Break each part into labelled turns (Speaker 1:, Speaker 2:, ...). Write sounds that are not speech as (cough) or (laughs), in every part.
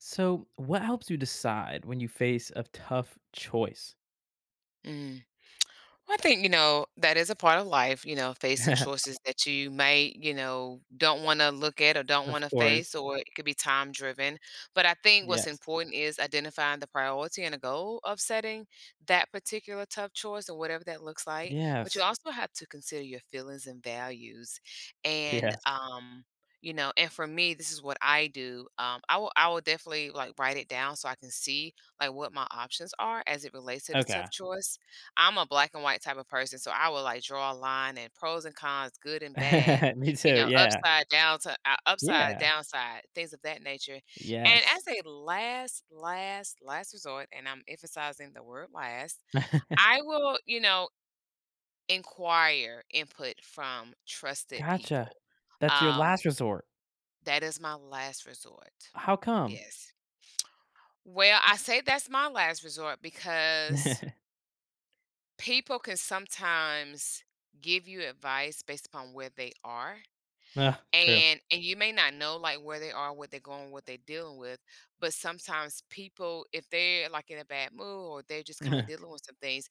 Speaker 1: So, what helps you decide when you face a tough choice?
Speaker 2: Mm. Well, I think, that is a part of life, facing
Speaker 1: (laughs)
Speaker 2: choices that you may, don't want to look at or don't want
Speaker 1: Of
Speaker 2: to
Speaker 1: course.
Speaker 2: face, or it could be time driven. But I think what's
Speaker 1: Yes.
Speaker 2: important is identifying the priority and the goal of setting that particular tough choice or whatever that looks like. But you
Speaker 1: Yes.
Speaker 2: also have to consider your feelings and values. And,
Speaker 1: Yes.
Speaker 2: um, and for me, this is what I do. I will definitely like write it down so I can see like what my options are as it relates to the
Speaker 1: Okay.
Speaker 2: tough choice. I'm a black and white type of person, so I will, like, draw a line and pros and cons, good and bad,
Speaker 1: (laughs) Me too. Yeah.
Speaker 2: upside, down to upside,
Speaker 1: Yeah.
Speaker 2: downside, things of that nature, and
Speaker 1: Yes.
Speaker 2: as a last, last, last resort, and I'm emphasizing the word last,
Speaker 1: (laughs)
Speaker 2: I will, inquire input from trusted
Speaker 1: Gotcha.
Speaker 2: people.
Speaker 1: That's your
Speaker 2: Um,
Speaker 1: last resort.
Speaker 2: that is my last resort.
Speaker 1: How come?
Speaker 2: Yes. Well, I say that's my last resort because
Speaker 1: (laughs)
Speaker 2: people can sometimes give you advice based upon where they are,
Speaker 1: No, true.
Speaker 2: and you may not know like where they are, what they're going, what they're dealing with. But sometimes people, if they're like in a bad mood or they're just kind of
Speaker 1: (laughs)
Speaker 2: dealing with some things,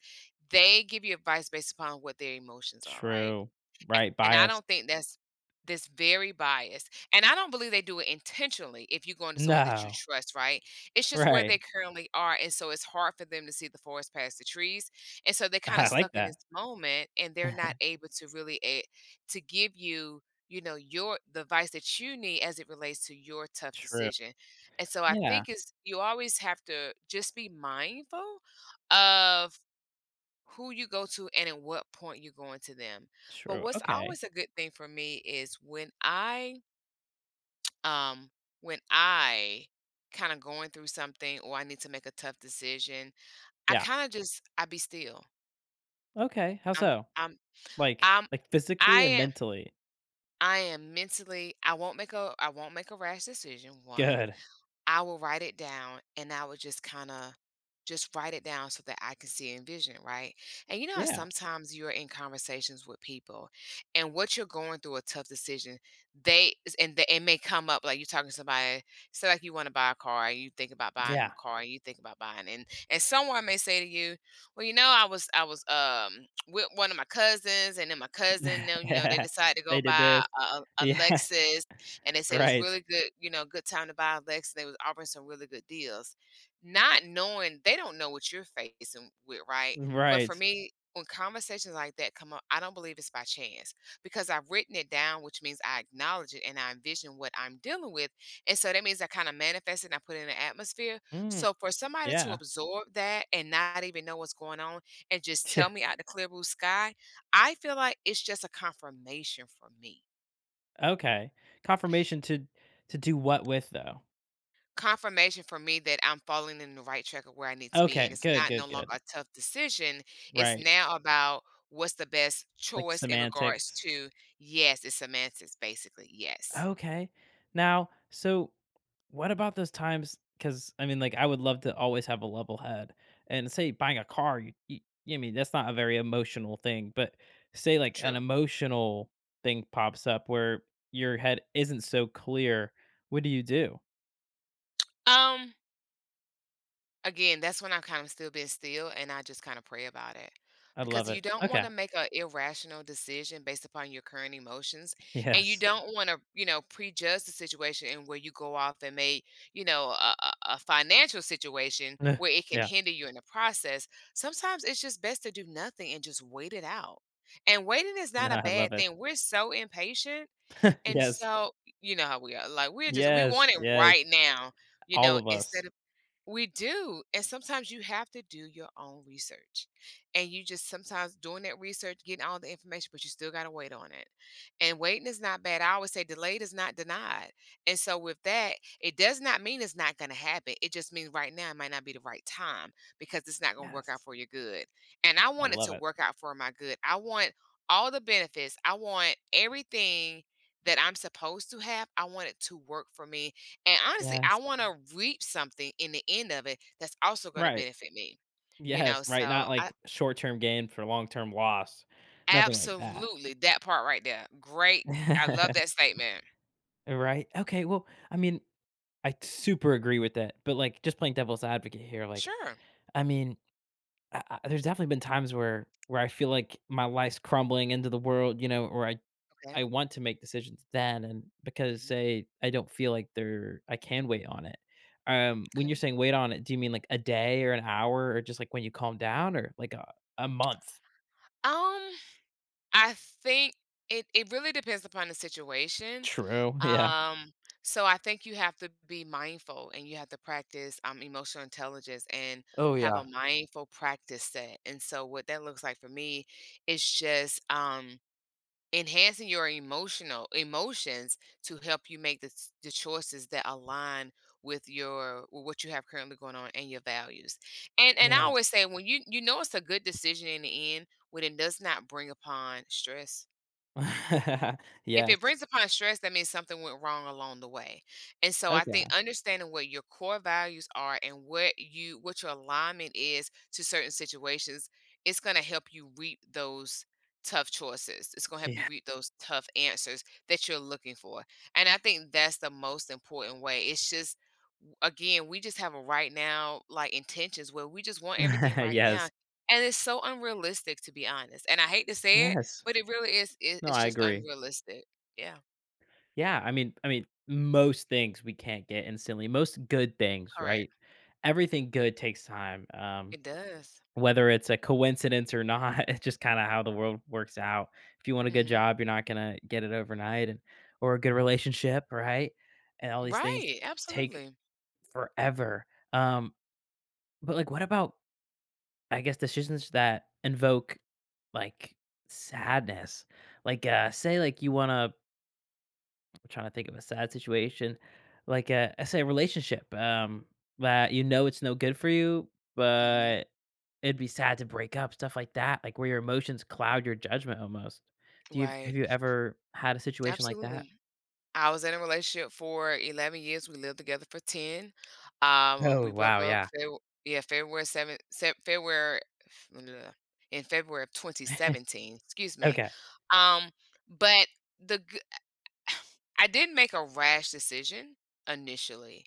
Speaker 2: they give you advice based upon what their emotions are, right.
Speaker 1: True. Right.
Speaker 2: And I
Speaker 1: Bias.
Speaker 2: don't think that's this very biased, and I don't believe they do it intentionally if you go into someone that you
Speaker 1: No.
Speaker 2: trust, right? It's just where they
Speaker 1: Right.
Speaker 2: currently are, and so it's hard for them to see the forest past the trees, and so they're
Speaker 1: (laughs)
Speaker 2: kinda
Speaker 1: I like
Speaker 2: stuck in
Speaker 1: that.
Speaker 2: this moment, and they're not
Speaker 1: (laughs)
Speaker 2: able to really to give you, your the advice that you need as it relates to your tough
Speaker 1: True.
Speaker 2: decision, and so I
Speaker 1: Yeah.
Speaker 2: think it's you always have to just be mindful of who you go to and at what point you're going to them. But
Speaker 1: True.
Speaker 2: what's
Speaker 1: Okay.
Speaker 2: always a good thing for me is um when I kind of going through something or I need to make a tough decision, I
Speaker 1: Yeah.
Speaker 2: kind of just I be still.
Speaker 1: Okay. How
Speaker 2: I'm
Speaker 1: so?
Speaker 2: I'm I'm
Speaker 1: Like
Speaker 2: I
Speaker 1: physically or
Speaker 2: am
Speaker 1: mentally?
Speaker 2: I am mentally I won't make a rash decision. One,
Speaker 1: Good.
Speaker 2: I will write it down and I would just kind of just write it down so that I can see and vision, right? And you know how
Speaker 1: Yeah.
Speaker 2: sometimes you're in conversations with people and what you're going through a tough decision, they they, it may come up like you're talking to somebody, say like you want to buy a car and you think about buying
Speaker 1: Yeah.
Speaker 2: a car and you think about buying and someone may say to you, well, I was with one of my cousins and then my cousin, then, they
Speaker 1: (laughs)
Speaker 2: decided to go
Speaker 1: They did this.
Speaker 2: buy a
Speaker 1: Yeah. (laughs)
Speaker 2: Lexus and they said it was
Speaker 1: Right.
Speaker 2: really good, good time to buy a Lexus. They was offering some really good deals. Not knowing they don't know what you're facing with, right? But
Speaker 1: Right.
Speaker 2: for me, when conversations like that come up, I don't believe it's by chance because I've written it down, which means I acknowledge it and I envision what I'm dealing with. And so that means I kind of manifest it and I put it in the atmosphere.
Speaker 1: Mm,
Speaker 2: So for somebody to
Speaker 1: yeah.
Speaker 2: absorb that and not even know what's going on and just
Speaker 1: Yeah.
Speaker 2: tell me out the clear blue sky, I feel like it's just a confirmation for me.
Speaker 1: Okay. Confirmation to do what with, though?
Speaker 2: Confirmation for me that I'm falling in the right track of where I need to be, and
Speaker 1: Okay.
Speaker 2: it's
Speaker 1: Good,
Speaker 2: not
Speaker 1: good,
Speaker 2: no longer
Speaker 1: good.
Speaker 2: a tough decision, it's
Speaker 1: Right.
Speaker 2: now about what's the best
Speaker 1: Like
Speaker 2: choice in regards
Speaker 1: semantics.
Speaker 2: to. Yes, it's semantics, basically, yes.
Speaker 1: Okay. Now, so what about those times? Because I mean, like, I would love to always have a level head. And say buying a car, I mean, that's not a very emotional thing, but say like an
Speaker 2: True.
Speaker 1: emotional thing pops up where your head isn't so clear. What do you do?
Speaker 2: Um, Again, that's when I've kind of still been still, and I just kind of pray about it.
Speaker 1: I love
Speaker 2: Because
Speaker 1: it.
Speaker 2: you don't want
Speaker 1: Okay.
Speaker 2: to
Speaker 1: (laughs)
Speaker 2: make an irrational decision based upon your current emotions, and you
Speaker 1: Yes.
Speaker 2: don't want to, prejudge the situation and where you go off and make, a financial situation
Speaker 1: Nah,
Speaker 2: where it can
Speaker 1: yeah.
Speaker 2: hinder you in the process. Sometimes it's just best to do nothing and just wait it out. And waiting is
Speaker 1: No,
Speaker 2: not a
Speaker 1: I love
Speaker 2: bad
Speaker 1: it.
Speaker 2: thing. We're so impatient,
Speaker 1: (laughs)
Speaker 2: and
Speaker 1: Yes.
Speaker 2: so you know how we are. Like we're just we
Speaker 1: Yes.
Speaker 2: want it
Speaker 1: Yes.
Speaker 2: right now,
Speaker 1: All of us.
Speaker 2: instead of we do. And sometimes you have to do your own research. And you just sometimes doing that research, getting all the information, but you still got to wait on it. And waiting is not bad. I always say delayed is not denied. And so, with that, it does not mean it's not going to happen. It just means right now it might not be the right time because it's not going to work out
Speaker 1: Yes.
Speaker 2: for your good. And I
Speaker 1: I
Speaker 2: want it
Speaker 1: love
Speaker 2: to
Speaker 1: it.
Speaker 2: work out for my good. I want all the benefits, I want everything that I'm supposed to have. I want it to work for me and honestly, I
Speaker 1: Yes.
Speaker 2: want to reap something in the end of it that's also going to
Speaker 1: Right.
Speaker 2: benefit me. You know,
Speaker 1: Yes, right,
Speaker 2: so
Speaker 1: not
Speaker 2: I
Speaker 1: like short-term gain for long-term loss, nothing like that.
Speaker 2: Absolutely that part right there. Great. I love that
Speaker 1: (laughs)
Speaker 2: statement.
Speaker 1: Right? Okay, well, I mean, I super agree with that, but, like, just playing devil's advocate here, like,
Speaker 2: Sure.
Speaker 1: I mean, I there's definitely been times where I feel like my life's crumbling into the world, or I
Speaker 2: Okay.
Speaker 1: want to make decisions then and because,
Speaker 2: Mhm.
Speaker 1: say, I don't feel like they're I can wait on it. When you're
Speaker 2: Okay.
Speaker 1: saying wait on it, do you mean, like, a day or an hour or just, like, when you calm down or, like, a month?
Speaker 2: Um, I think it really depends upon the situation.
Speaker 1: True, (laughs) yeah.
Speaker 2: Um, so I think you have to be mindful and you have to practice emotional intelligence and
Speaker 1: Oh,
Speaker 2: have a
Speaker 1: yeah.
Speaker 2: mindful practice set. And so what that looks like for me is just enhancing your emotional emotions to help you make the choices that align with what you have currently going on and your values, and I always
Speaker 1: Yes.
Speaker 2: say when you know it's a good decision in the end when it does not bring upon stress.
Speaker 1: (laughs)
Speaker 2: If it
Speaker 1: Yes.
Speaker 2: brings upon stress, that means something went wrong along the way. And so I
Speaker 1: Okay.
Speaker 2: think understanding what your core values are and what your alignment is to certain situations, it's gonna help you reap those tough choices. It's gonna help you
Speaker 1: Yeah.
Speaker 2: reap those tough answers that you're looking for. And I think that's the most important way. It's just again, we just have a right now like intentions where we just want everything
Speaker 1: (laughs)
Speaker 2: right now.
Speaker 1: Yes.
Speaker 2: And it's so unrealistic to be honest. And I hate to say it,
Speaker 1: Yes.
Speaker 2: but it really is,
Speaker 1: No,
Speaker 2: it's
Speaker 1: I
Speaker 2: just
Speaker 1: agree.
Speaker 2: unrealistic, yeah,
Speaker 1: Yeah, I mean, most things we can't get instantly, most good things, right?
Speaker 2: correct.
Speaker 1: Everything good takes time,
Speaker 2: It does.
Speaker 1: whether it's a coincidence or not, (laughs) it's just kinda how the world works out. If you want a good
Speaker 2: Mhm.
Speaker 1: job, you're not gonna get it overnight, and or a good relationship, right? And all these things
Speaker 2: Right,
Speaker 1: take
Speaker 2: absolutely.
Speaker 1: forever, um, but, like, what about, I guess, decisions that invoke like sadness. Like say like you want to I'm trying to think of a sad situation. Like, say a relationship that you know it's no good for you,
Speaker 2: Mhm.
Speaker 1: but it'd be sad to break up, stuff like that, like where your emotions cloud your judgment almost. Do you
Speaker 2: Right.
Speaker 1: Have you ever had a situation like that?
Speaker 2: Absolutely. I was in a relationship for 11 years, we lived together for 10, and
Speaker 1: Oh,
Speaker 2: we broke
Speaker 1: wow,
Speaker 2: up
Speaker 1: yeah.
Speaker 2: Feb yeah, February 7th, February (sniffs) in February of
Speaker 1: (laughs)
Speaker 2: 2017, excuse me,
Speaker 1: Okay.
Speaker 2: um, but the g I didn't make a rash decision initially,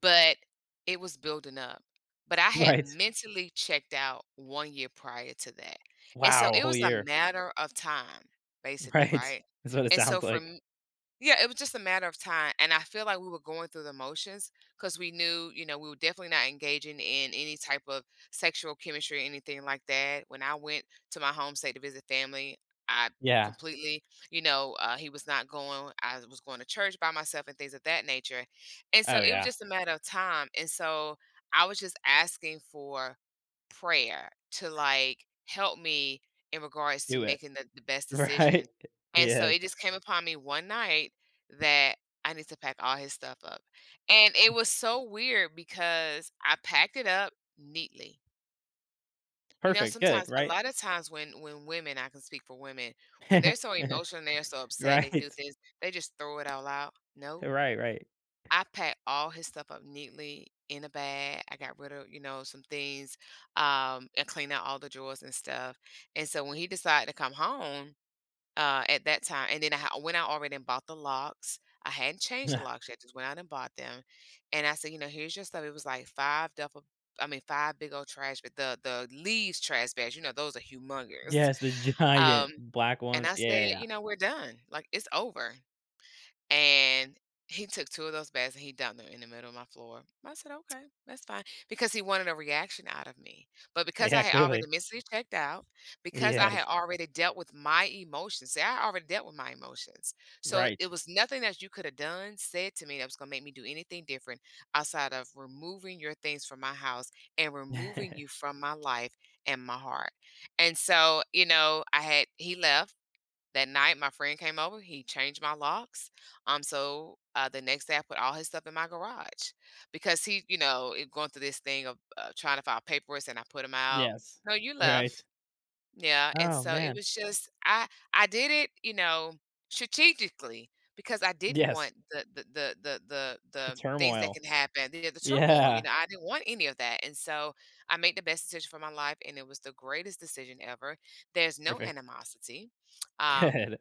Speaker 2: but it was building up. But I had
Speaker 1: Right.
Speaker 2: mentally checked out 1 year prior to that. And so
Speaker 1: Wow, a
Speaker 2: it
Speaker 1: whole
Speaker 2: was a
Speaker 1: year.
Speaker 2: matter of time, basically,
Speaker 1: Right.
Speaker 2: right?
Speaker 1: (laughs) That's what it
Speaker 2: And so
Speaker 1: sounds
Speaker 2: for
Speaker 1: like.
Speaker 2: yeah, it was just a matter of time, and I feel like we were going through the motions because we knew, we were definitely not engaging in any type of sexual chemistry or anything like that. When I went to my home state to visit family, I
Speaker 1: Yeah.
Speaker 2: completely, you know, he was not going. I was going to church by myself and things of that nature, and so
Speaker 1: Oh
Speaker 2: it was
Speaker 1: yeah.
Speaker 2: just a matter of time. And so I was just asking for prayer to, like, help me in regards to
Speaker 1: Do it.
Speaker 2: making the best decision,
Speaker 1: Right? (laughs)
Speaker 2: and so
Speaker 1: Yes.
Speaker 2: it just came upon me one night that I need to pack all his stuff up, and it was so weird because I packed it up neatly.
Speaker 1: Perfect, good,
Speaker 2: Sometimes a
Speaker 1: right?
Speaker 2: lot of times when women— I can speak for women— when they're so
Speaker 1: (laughs)
Speaker 2: emotional and they're so upset and they do
Speaker 1: Right.
Speaker 2: things, they just throw it all out. Nope.
Speaker 1: Right, right.
Speaker 2: I packed all his stuff up neatly in a bag. I got rid of, some things, and cleaned out all the drawers and stuff. And so when he decided to come home, at that time, and then went out already and bought the locks. I hadn't changed the
Speaker 1: (laughs)
Speaker 2: locks yet, just went out and bought them. And I said, here's your stuff. It was like five duffel, I mean, five big old trash, but the leaves trash bags, those are humongous.
Speaker 1: Yes, the
Speaker 2: (laughs)
Speaker 1: giant
Speaker 2: Um,
Speaker 1: black
Speaker 2: and
Speaker 1: ones.
Speaker 2: I said,
Speaker 1: Yeah, yeah,
Speaker 2: we're done. Like it's over. And he took 2 of those bags and he dumped them in the middle of my floor. I said, "Okay, that's fine," because he wanted a reaction out of me. But
Speaker 1: yeah.
Speaker 2: because
Speaker 1: (laughs) Yeah,
Speaker 2: I had already
Speaker 1: clearly.
Speaker 2: mentally checked out, because I had
Speaker 1: Yes.
Speaker 2: already dealt with my emotions, see, I already dealt with my emotions. So
Speaker 1: Right.
Speaker 2: it was nothing that you coulda done, said to me that was gonna make me do anything different outside of removing your things from my house and removing you
Speaker 1: (laughs)
Speaker 2: from my life and my heart. And so, you know, I had he left. That night, my friend came over, he changed my locks, the next day, I put all his stuff in my garage because he, you know, it going through this thing of, trying to file papers, and I put him out.
Speaker 1: Yes.
Speaker 2: "No, you
Speaker 1: Right.
Speaker 2: left." Yeah, and
Speaker 1: Oh,
Speaker 2: so it
Speaker 1: man.
Speaker 2: was just I did it, you know, strategically because I didn't
Speaker 1: Yes,
Speaker 2: want the the the the the
Speaker 1: the
Speaker 2: the things that
Speaker 1: turmoil.
Speaker 2: can happen, the turmoil, you
Speaker 1: Yeah.
Speaker 2: know, I didn't want any of that, and so I made the best decision for my life, and it was the greatest decision ever. There's no
Speaker 1: Perfect.
Speaker 2: animosity, um
Speaker 1: Good.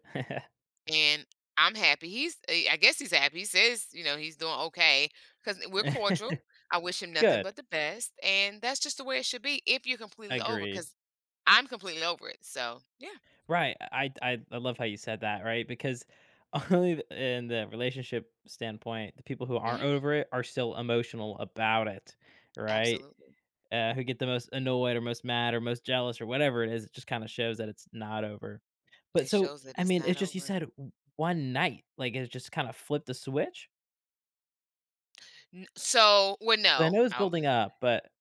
Speaker 2: and I'm happy. He's, eh, I guess he's happy. He says, you know, he's doing okay because we're
Speaker 1: (laughs)
Speaker 2: cordial. I wish him nothing
Speaker 1: Good.
Speaker 2: but the best, and that's just the way it should be. If you're completely over,
Speaker 1: Agreed.
Speaker 2: because I'm completely over it. So yeah.
Speaker 1: Right. I love how you said that, right? Because (laughs) only in the relationship standpoint, the people who aren't
Speaker 2: hmm
Speaker 1: over it are still emotional about it, right?
Speaker 2: Absolutely.
Speaker 1: Who get the most annoyed or most mad or most jealous or whatever it is, it just kind of shows that it's not over. But
Speaker 2: It
Speaker 1: so,
Speaker 2: shows that
Speaker 1: I
Speaker 2: it's
Speaker 1: mean,
Speaker 2: not
Speaker 1: it's just you
Speaker 2: over.
Speaker 1: said one night, like it just kind of flipped the switch.
Speaker 2: N- So well,
Speaker 1: 'Cause I
Speaker 2: no,
Speaker 1: know it's
Speaker 2: I, w-
Speaker 1: building up, but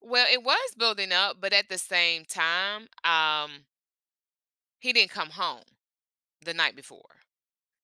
Speaker 2: Well, it was building up, but at the same time, he didn't come home the night before.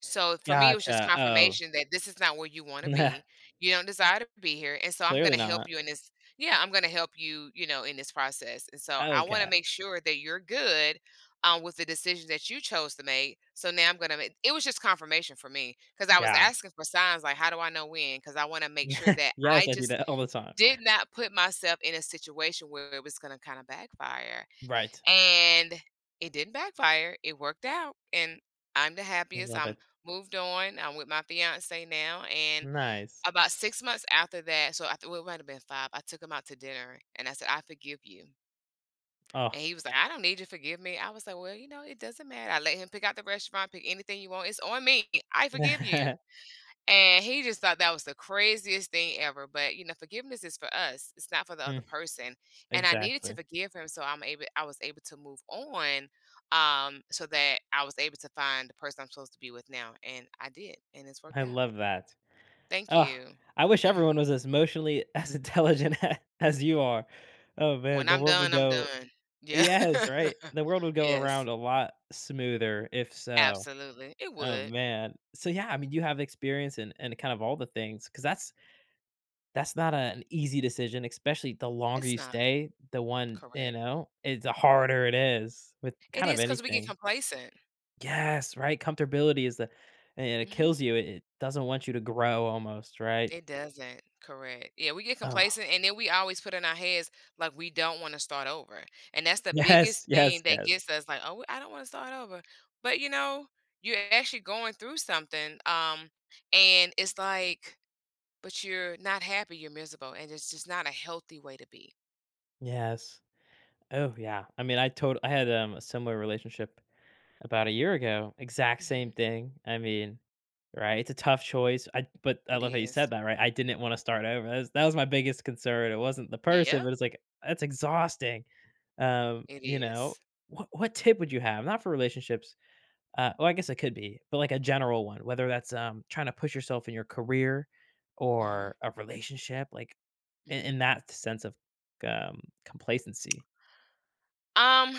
Speaker 2: So for me, it was just
Speaker 1: gotcha. Oh,
Speaker 2: confirmation that this is not where you want to be.
Speaker 1: (laughs)
Speaker 2: You don't desire to be here. And so I'm going
Speaker 1: clearly
Speaker 2: to help
Speaker 1: not.
Speaker 2: you in this. Yeah, I'm going to help you, you know, in this process. And so I want to
Speaker 1: Okay.
Speaker 2: make sure that you're good with the decision that you chose to make. So now I'm going to make it. Was just confirmation for me because I was
Speaker 1: Yeah.
Speaker 2: asking for signs like, how do I know when? Because I want to make sure
Speaker 1: (laughs)
Speaker 2: that
Speaker 1: Yes,
Speaker 2: I
Speaker 1: I do
Speaker 2: just
Speaker 1: that all the time.
Speaker 2: did not put myself in a situation where it was going to kind of backfire
Speaker 1: Right.
Speaker 2: and it didn't backfire. It worked out, and I'm the
Speaker 1: I
Speaker 2: happiest.
Speaker 1: love
Speaker 2: I'm
Speaker 1: it.
Speaker 2: moved on. I'm with my fiance now, and
Speaker 1: Nice.
Speaker 2: about 6 months after that, so it might have been five. I took him out to dinner, and I said, "I forgive you."
Speaker 1: Oh.
Speaker 2: And he was like, "I don't need you to forgive me." I was like, "Well, you know, it doesn't matter. I let him pick out the restaurant, pick anything you want. It's on me. I forgive you."
Speaker 1: (laughs)
Speaker 2: And he just thought that was the craziest thing ever, but, you know, forgiveness is for us, it's not for the other
Speaker 1: Mm,
Speaker 2: person, and I needed to
Speaker 1: exactly.
Speaker 2: forgive him so I was able to move on, so that I was able to find the person I'm supposed to be with now, and I did, and it's
Speaker 1: I
Speaker 2: worked out.
Speaker 1: love that.
Speaker 2: Thank
Speaker 1: Oh,
Speaker 2: you.
Speaker 1: I wish everyone was as emotionally as intelligent (laughs) as you are. Oh, man,
Speaker 2: When
Speaker 1: the
Speaker 2: I'm
Speaker 1: world would
Speaker 2: done, I'm
Speaker 1: go.
Speaker 2: done. Yeah.
Speaker 1: Yes,
Speaker 2: (laughs)
Speaker 1: right? The world would go
Speaker 2: Yes,
Speaker 1: around a lot smoother if so.
Speaker 2: absolutely. It
Speaker 1: Oh,
Speaker 2: would.
Speaker 1: man. So, yeah, I mean, you have experience in and kind of all the things because that's not a an easy decision, especially the longer
Speaker 2: It's
Speaker 1: you
Speaker 2: not.
Speaker 1: stay, the one you
Speaker 2: Correct.
Speaker 1: know, it's the harder it is with
Speaker 2: It
Speaker 1: kind of
Speaker 2: is because we get
Speaker 1: anything.
Speaker 2: complacent.
Speaker 1: Yes, right, comfortability is the, and it
Speaker 2: Mhm.
Speaker 1: kills you, it doesn't want you to grow almost, right?
Speaker 2: It doesn't. Correct. Yeah, we get
Speaker 1: Oh,
Speaker 2: complacent and then we always put in our heads like we don't want to start over. And that's
Speaker 1: (laughs)
Speaker 2: the
Speaker 1: yes,
Speaker 2: biggest
Speaker 1: yes,
Speaker 2: thing that
Speaker 1: yes,
Speaker 2: gets us like, "Oh, I don't want to start over." But you know, you're actually going through something and it's like but you're not happy, you're miserable and it's just not a healthy way to be.
Speaker 1: yes. Oh, yeah, I mean, I had a similar relationship about a year ago, exact same
Speaker 2: Mhm.
Speaker 1: thing, I mean, right, it's a tough choice, I but I
Speaker 2: It
Speaker 1: love how you said
Speaker 2: is.
Speaker 1: that, right, I didn't wanna start over, that was my biggest concern, it wasn't the person,
Speaker 2: Yeah,
Speaker 1: but it's like, that's exhausting,
Speaker 2: it
Speaker 1: you know?
Speaker 2: is.
Speaker 1: What tip would you have? Not for relationships. Well, I guess it could be, but like a general one, whether that's trying to push yourself in your career
Speaker 2: Mhm.
Speaker 1: or a relationship, like in,
Speaker 2: Mhm.
Speaker 1: in that sense of complacency.
Speaker 2: Um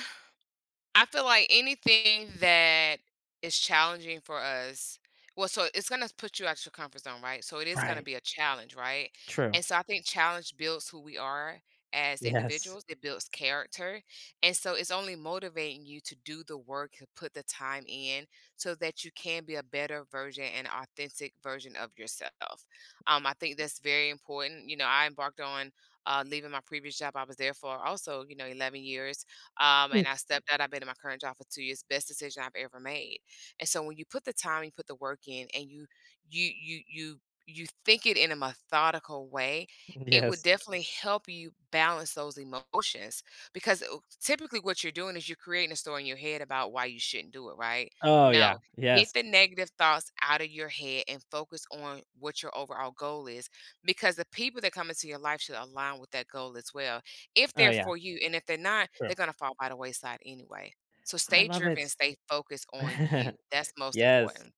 Speaker 2: I feel like anything that is challenging for us well, so it's gonna put you out your comfort zone, right? So it is gonna
Speaker 1: Right.
Speaker 2: be a challenge, right?
Speaker 1: True.
Speaker 2: And so I think challenge builds who we are as
Speaker 1: Yes.
Speaker 2: individuals. It builds character. And so it's only motivating you to do the work, to put the time in so that you can be a better version and authentic version of yourself. I think that's very important. You know, I embarked on leaving my previous job. I was there for also, you know, 11 years and I
Speaker 1: (laughs)
Speaker 2: stepped out. I've been in my current job for 2 years. Best decision I've ever made. And so when you put the time, you put the work in, and you you you you think it in a methodical way, it would
Speaker 1: Yes.
Speaker 2: definitely help you balance those emotions because typically what you're doing is you're creating a story in your head about why you shouldn't do it, right?
Speaker 1: Oh yeah.
Speaker 2: No, get
Speaker 1: Yes.
Speaker 2: the negative thoughts out of your head and focus on what your overall goal is because the people that come into your life should align with that goal as well. If
Speaker 1: Oh
Speaker 2: they're
Speaker 1: yeah.
Speaker 2: for you, and if they're not,
Speaker 1: True.
Speaker 2: they're gonna fall by the wayside anyway. So
Speaker 1: I
Speaker 2: stay
Speaker 1: love it.
Speaker 2: driven, stay focused on
Speaker 1: (laughs)
Speaker 2: you. That's most
Speaker 1: Yes.
Speaker 2: important.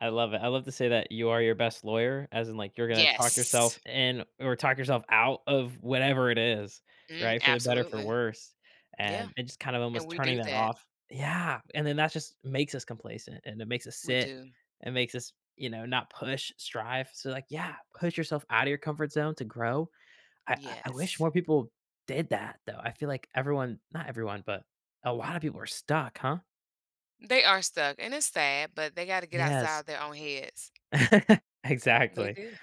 Speaker 1: I love it. I love to say that you are your best lawyer, as in, like, you're gonna talk
Speaker 2: Yes.
Speaker 1: yourself in or talk yourself out of whatever it is,
Speaker 2: Mm,
Speaker 1: right? For the better, for
Speaker 2: absolutely.
Speaker 1: worse,
Speaker 2: Yeah,
Speaker 1: and it just kind of
Speaker 2: and
Speaker 1: almost
Speaker 2: we
Speaker 1: turning
Speaker 2: do
Speaker 1: that
Speaker 2: that.
Speaker 1: off. Yeah, and then that just makes us complacent, and it makes us
Speaker 2: We
Speaker 1: sit,
Speaker 2: do.
Speaker 1: and makes us, you know, not push, strive, so, like, yeah, push yourself out of your comfort zone to grow. I wish
Speaker 2: Yes.
Speaker 1: more people did that, though. I feel like everyone, not everyone, but a lot of people are stuck, huh?
Speaker 2: They are stuck, and it's sad, but they gotta get
Speaker 1: Yes.
Speaker 2: outside their own heads.
Speaker 1: (laughs)
Speaker 2: They
Speaker 1: Exactly.
Speaker 2: do.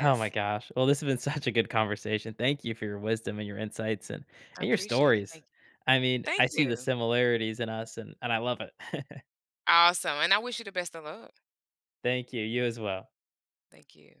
Speaker 1: Oh my gosh. Well, this has been such a good conversation. Thank you for your wisdom and your insights
Speaker 2: I
Speaker 1: and your
Speaker 2: appreciate it.
Speaker 1: stories.
Speaker 2: Thank you.
Speaker 1: I mean, I
Speaker 2: Thank
Speaker 1: see the
Speaker 2: you.
Speaker 1: similarities in us, and I love it. (laughs)
Speaker 2: Awesome, and I wish you the best of luck.
Speaker 1: Thank you. You as well.
Speaker 2: Thank you.